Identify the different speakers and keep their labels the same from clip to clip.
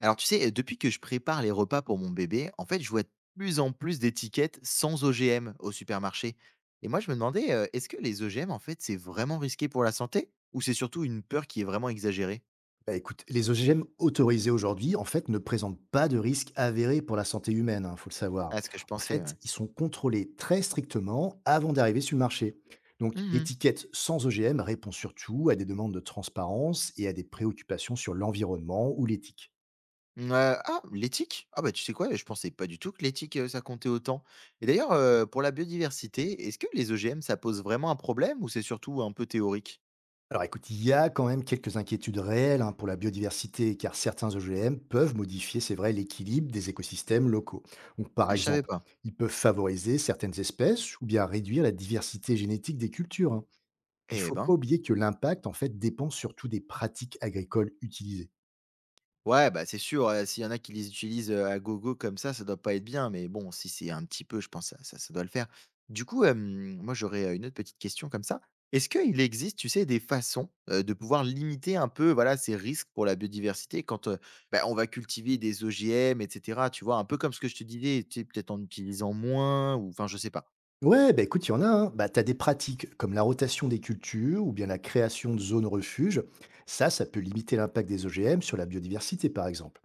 Speaker 1: Alors tu sais, depuis que je prépare les repas pour mon bébé, en fait, je vois de plus en plus d'étiquettes sans OGM au supermarché. Et moi, je me demandais, est-ce que les OGM, en fait, c'est vraiment risqué pour la santé? Ou c'est surtout une peur qui est vraiment exagérée?
Speaker 2: Bah, écoute, les OGM autorisés aujourd'hui, ne présentent pas de risque avéré pour la santé humaine, il faut le savoir.
Speaker 1: Ah, ce que je
Speaker 2: En
Speaker 1: pensais,
Speaker 2: fait,
Speaker 1: ouais.
Speaker 2: ils sont contrôlés très strictement avant d'arriver sur le marché. Donc,
Speaker 1: Mhm.
Speaker 2: l'étiquette sans OGM répond surtout à des demandes de transparence et à des préoccupations sur l'environnement ou l'éthique.
Speaker 1: Ah, l'éthique? Ah bah tu sais quoi, je pensais pas du tout que l'éthique, ça comptait autant. Et d'ailleurs, pour la biodiversité, est-ce que les OGM, ça pose vraiment un problème ou c'est surtout un peu théorique?
Speaker 2: Alors écoute, il y a quand même quelques inquiétudes réelles, hein, pour la biodiversité, car certains OGM peuvent modifier, c'est vrai, l'équilibre des écosystèmes locaux. Donc par
Speaker 1: Ah, je savais
Speaker 2: exemple,
Speaker 1: pas.
Speaker 2: ils peuvent favoriser certaines espèces ou bien réduire la diversité génétique des cultures, hein. Puis, il ne
Speaker 1: Eh
Speaker 2: faut pas
Speaker 1: ben.
Speaker 2: oublier que l'impact, dépend surtout des pratiques agricoles utilisées.
Speaker 1: Ouais, bah, c'est sûr, s'il y en a qui les utilisent, à gogo comme ça doit pas être bien, mais bon, si c'est un petit peu, je pense, ça ça doit le faire. Du coup, moi, j'aurais, une autre petite question comme ça. Est-ce qu'il existe, tu sais, des façons, de pouvoir limiter un peu, voilà, ces risques pour la biodiversité quand, bah, on va cultiver des OGM et cetera, tu vois? Un peu comme ce que je te disais, tu sais, peut-être en utilisant moins ou enfin, je sais pas.
Speaker 2: Ouais, bah écoute, il y en a. Hein. Bah, tu des pratiques comme la rotation des cultures ou bien la création de zones refuges. Ça peut limiter l'impact des OGM sur la biodiversité, par exemple.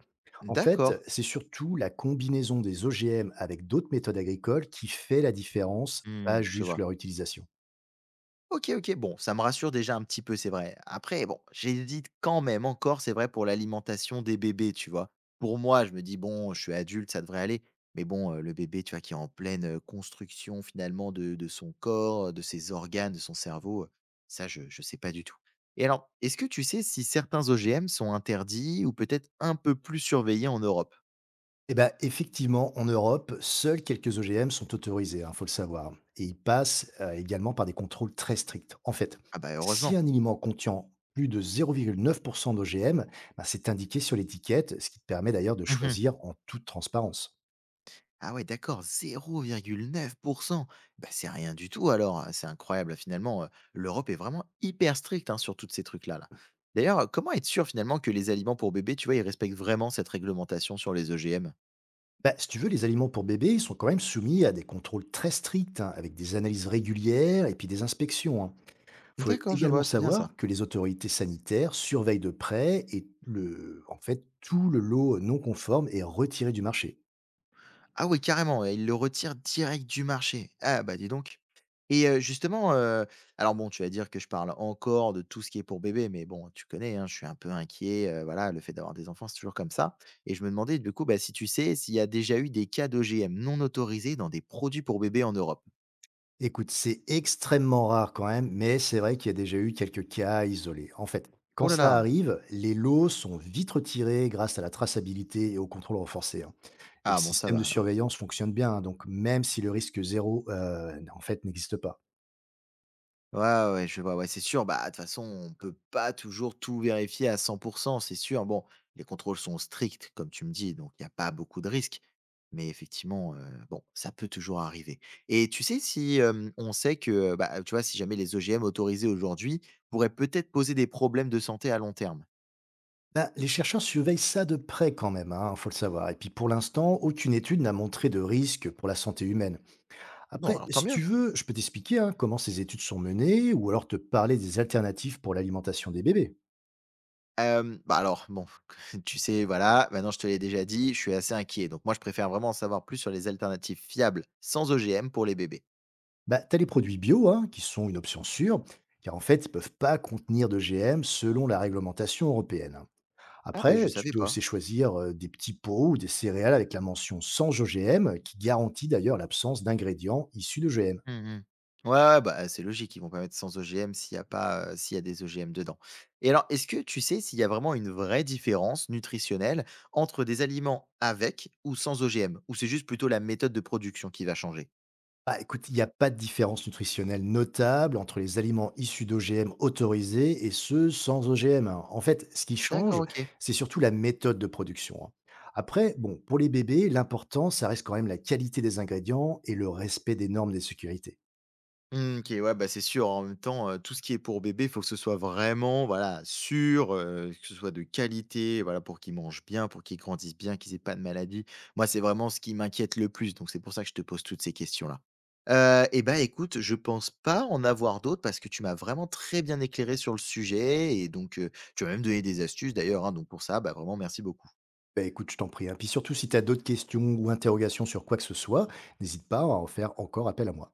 Speaker 2: En fait,
Speaker 1: D'accord.
Speaker 2: c'est surtout la combinaison des OGM avec d'autres méthodes agricoles qui fait la différence, pas
Speaker 1: Mmh, je
Speaker 2: juste
Speaker 1: vois.
Speaker 2: leur utilisation.
Speaker 1: OK, OK. Bon, ça me rassure déjà un petit peu, c'est vrai. Après, bon, j'hésite quand même encore, c'est vrai, pour l'alimentation des bébés, tu vois? Pour moi, je me dis: «Bon, je suis adulte, ça devrait aller». Mais bon, le bébé, tu vois, qui est en pleine, construction finalement de son corps, de ses organes, de son cerveau, ça, je sais pas du tout. Et alors, est-ce que tu sais si certains OGM sont interdits ou peut-être un peu plus surveillés en Europe?
Speaker 2: Eh ben, effectivement, en Europe, seuls quelques OGM sont autorisés, il faut le savoir. Et ils passent également par des contrôles très stricts. En fait,
Speaker 1: Ah bah,
Speaker 2: si
Speaker 1: heureusement.
Speaker 2: un aliment contient plus de 0,9% d'OGM, c'est indiqué sur l'étiquette, ce qui te permet d'ailleurs de choisir en toute transparence.
Speaker 1: Ah ouais, d'accord, 0,9%. Bah, c'est rien du tout alors, c'est incroyable finalement. L'Europe est vraiment hyper stricte hein, sur tous ces trucs-là. Là. D'ailleurs, comment être sûr finalement que les aliments pour bébés, tu vois, ils respectent vraiment cette réglementation sur les EGM?
Speaker 2: Bah, si tu veux, les aliments pour bébés, ils sont quand même soumis à des contrôles très stricts, hein, avec des analyses régulières et puis des inspections, hein. Il faut
Speaker 1: D'accord, je
Speaker 2: également
Speaker 1: vois, c'est bien ça.
Speaker 2: savoir que les autorités sanitaires surveillent de près et le, tout le lot non conforme est retiré du marché.
Speaker 1: Ah oui, carrément, ouais, il le retire direct du marché. Ah bah, dis donc. Et justement, alors bon, tu vas dire que je parle encore de tout ce qui est pour bébé, mais bon, tu connais, hein, je suis un peu inquiet, voilà, le fait d'avoir des enfants, c'est toujours comme ça. Et je me demandais du coup, bah, si tu sais s'il y a déjà eu des cas d'OGM non autorisés dans des produits pour bébé en Europe?
Speaker 2: Écoute, c'est extrêmement rare quand même, mais c'est vrai qu'il y a déjà eu quelques cas isolés. En fait, quand
Speaker 1: Oh là
Speaker 2: ça
Speaker 1: là!
Speaker 2: arrive, les lots sont vite retirés grâce à la traçabilité et au contrôle renforcé, hein. Et le
Speaker 1: Ah bon, ça
Speaker 2: système
Speaker 1: va
Speaker 2: de
Speaker 1: alors.
Speaker 2: surveillance fonctionne bien, hein, donc même si le risque zéro, n'existe pas.
Speaker 1: Ouais, ouais, ouais, je vois, ouais, c'est sûr. Bah, de toute façon, on peut pas toujours tout vérifier à 100%, c'est sûr. Bon, les contrôles sont stricts, comme tu me dis, donc il n'y a pas beaucoup de risques. Mais effectivement, bon, ça peut toujours arriver. Et tu sais, si on sait que, bah, tu vois, si jamais les OGM autorisés aujourd'hui pourraient peut-être poser des problèmes de santé à long terme.
Speaker 2: Ben, les chercheurs surveillent ça de près quand même, hein, faut le savoir. Et puis pour l'instant, aucune étude n'a montré de risque pour la santé humaine.
Speaker 1: Bon,
Speaker 2: Après,
Speaker 1: alors tant
Speaker 2: si tu
Speaker 1: mieux.
Speaker 2: veux, je peux t'expliquer, hein, comment ces études sont menées ou alors te parler des alternatives pour l'alimentation des bébés.
Speaker 1: Bah alors, bon, tu sais, voilà, maintenant je te l'ai déjà dit, je suis assez inquiet. Donc moi, je préfère vraiment en savoir plus sur les alternatives fiables sans OGM pour les bébés.
Speaker 2: Bah, tu as les produits bio, hein, qui sont une option sûre, car ils ne peuvent pas contenir de GM selon la réglementation européenne, hein.
Speaker 1: Ah, ben je
Speaker 2: Après, tu
Speaker 1: savais
Speaker 2: peux aussi
Speaker 1: pas.
Speaker 2: choisir des petits pots ou des céréales avec la mention sans OGM, qui garantit d'ailleurs l'absence d'ingrédients issus de GM.
Speaker 1: Mmh mh. Ouais, ouais, bah, c'est logique, ils vont pas mettre sans OGM s'il y a pas, s'il y a des OGM dedans. Et alors, est-ce que tu sais s'il y a vraiment une vraie différence nutritionnelle entre des aliments avec ou sans OGM? Ou c'est juste plutôt la méthode de production qui va changer?
Speaker 2: Bah, écoute, il n'y a pas de différence nutritionnelle notable entre les aliments issus d'OGM autorisés et ceux sans OGM, hein. En fait, ce qui
Speaker 1: D'accord,
Speaker 2: change,
Speaker 1: OK.
Speaker 2: c'est surtout la méthode de production, hein. Après, bon, pour les bébés, l'important, ça reste quand même la qualité des ingrédients et le respect des normes de sécurité.
Speaker 1: Mmh, OK, ouais, bah, c'est sûr, en même temps, tout ce qui est pour bébé, il faut que ce soit vraiment, voilà, sûr, que ce soit de qualité, voilà, pour qu'ils mangent bien, pour qu'ils grandissent bien, qu'ils aient pas de maladies. Moi, c'est vraiment ce qui m'inquiète le plus, donc c'est pour ça que je te pose toutes ces questions-là. Et ben écoute, je pense pas en avoir d'autres parce que tu m'as vraiment très bien éclairé sur le sujet et donc tu m'as même donné des astuces d'ailleurs, hein, donc pour ça, bah, vraiment merci beaucoup.
Speaker 2: Bah, écoute, je t'en prie, hein. Puis surtout, si tu as d'autres questions ou interrogations sur quoi que ce soit, n'hésite pas à en faire encore appel à moi.